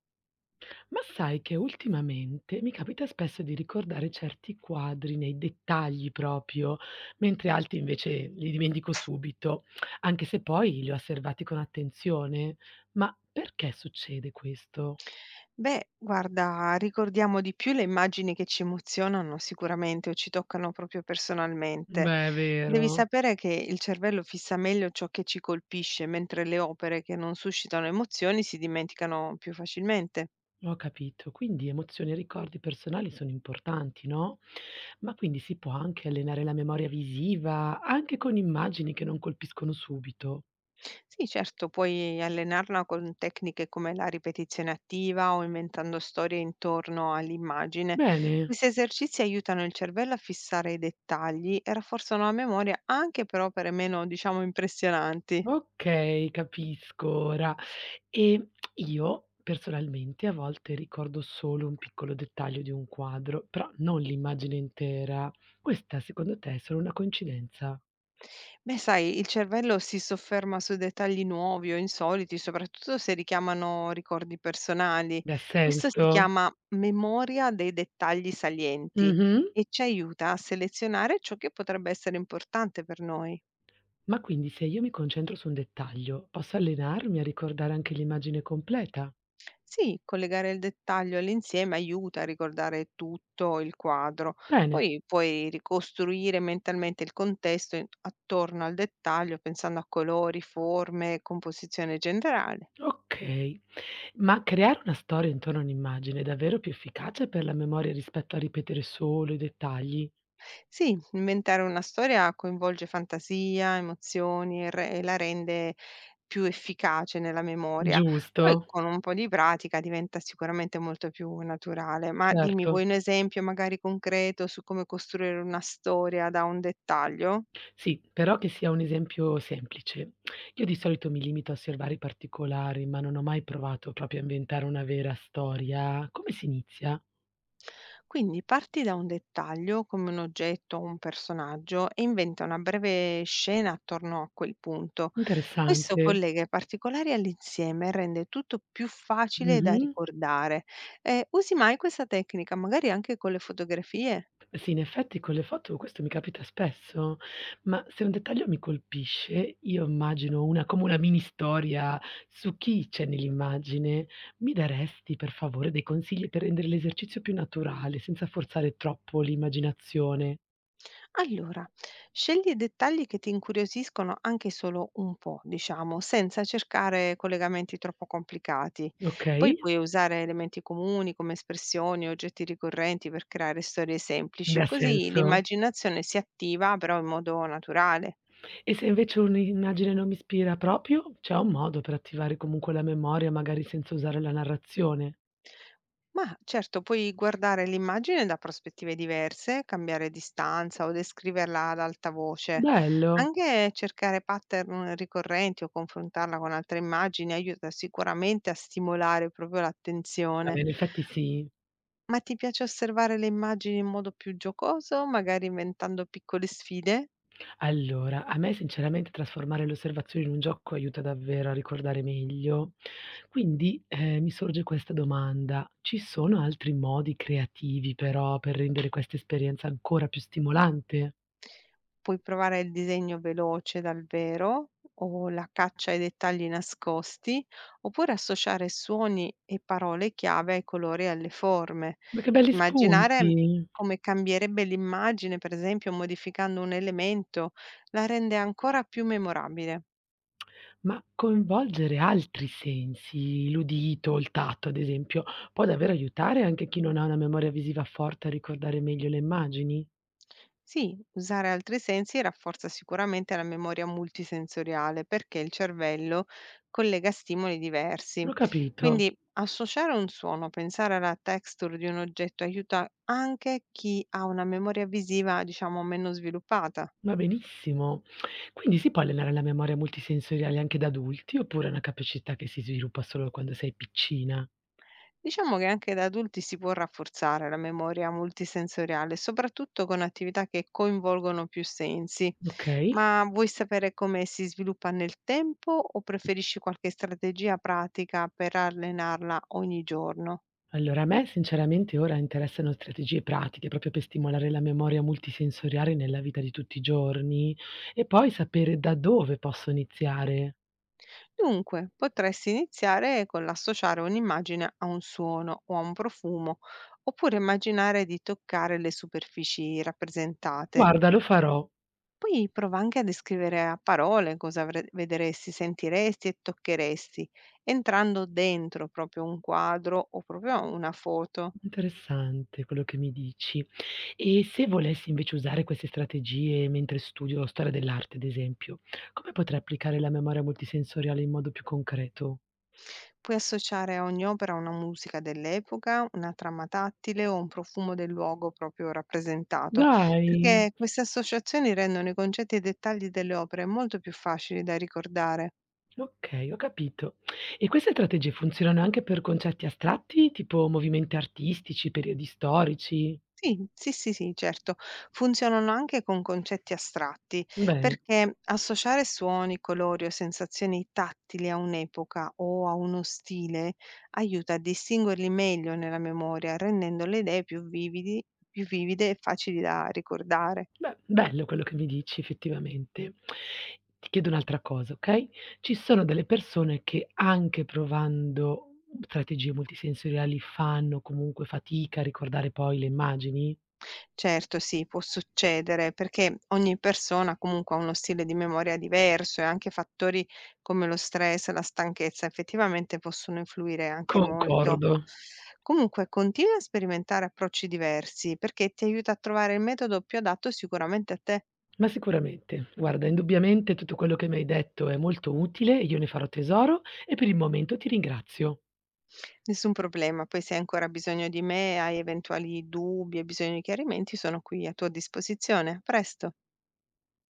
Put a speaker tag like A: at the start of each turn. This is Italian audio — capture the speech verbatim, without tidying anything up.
A: Ma sai che ultimamente mi capita spesso di ricordare certi quadri nei dettagli proprio, mentre altri invece li dimentico subito, anche se poi li ho osservati con attenzione. Ma perché succede questo?
B: Beh, guarda, ricordiamo di più le immagini che ci emozionano sicuramente o ci toccano proprio personalmente.
A: Beh, è
B: Devi
A: vero,
B: sapere che il cervello fissa meglio ciò che ci colpisce, mentre le opere che non suscitano emozioni si dimenticano più facilmente.
A: ho capito. Quindi emozioni e ricordi personali sono importanti, no? Ma quindi si può anche allenare la memoria visiva, anche con immagini che non colpiscono subito.
B: Sì, certo, puoi allenarla con tecniche come la ripetizione attiva o inventando storie intorno all'immagine.
A: Bene.
B: Questi esercizi aiutano il cervello a fissare i dettagli e rafforzano la memoria anche per opere meno, diciamo, impressionanti.
A: Okay, capisco ora. E io personalmente a volte ricordo solo un piccolo dettaglio di un quadro, però non l'immagine intera. Questa secondo te è solo una coincidenza?
B: Beh, sai, il cervello si sofferma su dettagli nuovi o insoliti, soprattutto se richiamano ricordi personali.
A: Ha
B: Questo si
A: senso?
B: chiama memoria dei dettagli salienti
A: Mh-mh.
B: e ci aiuta a selezionare ciò che potrebbe essere importante per noi.
A: Ma quindi se io mi concentro su un dettaglio, posso allenarmi a ricordare anche l'immagine completa?
B: Sì, collegare il dettaglio all'insieme aiuta a ricordare tutto il quadro.
A: Bene,
B: Poi puoi ricostruire mentalmente il contesto in- attorno al dettaglio, pensando a colori, forme, composizione generale.
A: okay. Ma creare una storia intorno a un'immagine è davvero più efficace per la memoria rispetto a ripetere solo i dettagli?
B: Sì, inventare una storia coinvolge fantasia, emozioni e re e la rende più efficace nella memoria.
A: Giusto,
B: Poi con un po' di pratica diventa sicuramente molto più naturale. Ma dimmi,
A: certo.
B: vuoi un esempio magari concreto su come costruire una storia da un dettaglio?
A: Sì, però che sia un esempio semplice. Io di solito mi limito a osservare i particolari, ma non ho mai provato proprio a inventare una vera storia. Come si inizia?
B: Quindi parti da un dettaglio, come un oggetto o un personaggio, e inventa una breve scena attorno a quel punto. Questo
A: Interessante.
B: collega i particolari all'insieme e rende tutto più facile da
A: Mh-mh.
B: ricordare. Eh, usi mai questa tecnica, magari anche con le fotografie?
A: Sì, in effetti con le foto questo mi capita spesso, ma se un dettaglio mi colpisce, io immagino una come una mini storia su chi c'è nell'immagine. Mi daresti per favore dei consigli per rendere l'esercizio più naturale, senza forzare troppo l'immaginazione?
B: Allora, scegli i dettagli che ti incuriosiscono anche solo un po', diciamo, senza cercare collegamenti troppo complicati.
A: Okay,
B: Poi puoi usare elementi comuni come espressioni, oggetti ricorrenti per creare storie
A: beh,
B: semplici,
A: ha
B: così
A: senso.
B: l'immaginazione si attiva però in modo naturale.
A: E se invece un'immagine non mi ispira proprio, c'è un modo per attivare comunque la memoria, magari senza usare la narrazione.
B: Mah, certo, puoi guardare l'immagine da prospettive diverse, cambiare distanza o descriverla ad alta voce.
A: Bello.
B: Anche cercare pattern ricorrenti o confrontarla con altre immagini aiuta sicuramente a stimolare proprio
A: Vabbè,
B: l'attenzione.
A: in effetti sì.
B: Ma ti piace osservare le immagini in modo più giocoso, magari inventando piccole sfide?
A: Allora, a me sinceramente trasformare le osservazioni in un gioco aiuta davvero a ricordare meglio. Quindi, ehm, mi sorge questa domanda: ci sono altri modi creativi però per rendere questa esperienza ancora più stimolante?
B: Puoi provare il disegno veloce dal vero o la caccia ai dettagli nascosti, oppure associare suoni e parole chiave ai colori e alle forme.
A: Ma che belli
B: Immaginare
A: spunti!
B: come cambierebbe l'immagine, per esempio, modificando un elemento, la rende ancora più memorabile.
A: Ma coinvolgere altri sensi, l'udito, il tatto ad esempio, può davvero aiutare anche chi non ha una memoria visiva forte a ricordare meglio le immagini?
B: Sì, usare altri sensi rafforza sicuramente la memoria multisensoriale perché il cervello collega stimoli diversi.
A: Non ho capito,
B: Quindi associare un suono, pensare alla texture di un oggetto aiuta anche chi ha una memoria visiva, diciamo, meno sviluppata.
A: va benissimo. Quindi si può allenare la memoria multisensoriale anche da adulti oppure è una capacità che si sviluppa solo quando sei piccina?
B: Diciamo che anche da adulti si può rafforzare la memoria multisensoriale, soprattutto con attività che coinvolgono più sensi.
A: Ok,
B: Ma vuoi sapere come si sviluppa nel tempo o preferisci qualche strategia pratica per allenarla ogni giorno?
A: allora a me sinceramente ora interessano strategie pratiche proprio per stimolare la memoria multisensoriale nella vita di tutti i giorni e poi sapere da dove posso iniziare.
B: Dunque, potresti iniziare con l'associare un'immagine a un suono o a un profumo, oppure immaginare di toccare le superfici rappresentate.
A: Guarda, lo farò.
B: Poi prova anche a descrivere a parole cosa avre- vedresti, sentiresti e toccheresti, entrando dentro proprio un quadro o proprio una foto.
A: Interessante quello che mi dici. E se volessi invece usare queste strategie mentre studio storia dell'arte, ad esempio, come potrei applicare la memoria multisensoriale in modo più concreto?
B: Puoi associare a ogni opera una musica dell'epoca, una trama tattile o un profumo del luogo proprio rappresentato,
A: Dai,
B: perché queste associazioni rendono i concetti e i dettagli delle opere molto più facili da ricordare.
A: okay, ho capito. E queste strategie funzionano anche per concetti astratti, tipo movimenti artistici, periodi storici?
B: Sì, sì, sì, sì, certo. Funzionano anche con concetti astratti,
A: Bene.
B: perché associare suoni, colori o sensazioni tattili a un'epoca o a uno stile aiuta a distinguerli meglio nella memoria, rendendo le idee più vividi, più vivide e facili da ricordare.
A: Beh, bello quello che mi dici effettivamente. Ti chiedo un'altra cosa, okay, ci sono delle persone che anche provando strategie multisensoriali fanno comunque fatica a ricordare poi le immagini?
B: Certo sì, può succedere, perché ogni persona comunque ha uno stile di memoria diverso e anche fattori come lo stress, la stanchezza effettivamente possono influire anche molto.
A: Concordo,
B: Comunque continua a sperimentare approcci diversi perché ti aiuta a trovare il metodo più adatto sicuramente a te.
A: ma sicuramente. Guarda, indubbiamente tutto quello che mi hai detto è molto utile, io ne farò tesoro e per il momento ti ringrazio.
B: Nessun problema, poi se hai ancora bisogno di me, hai eventuali dubbi e bisogno di chiarimenti, sono qui a tua disposizione. A presto.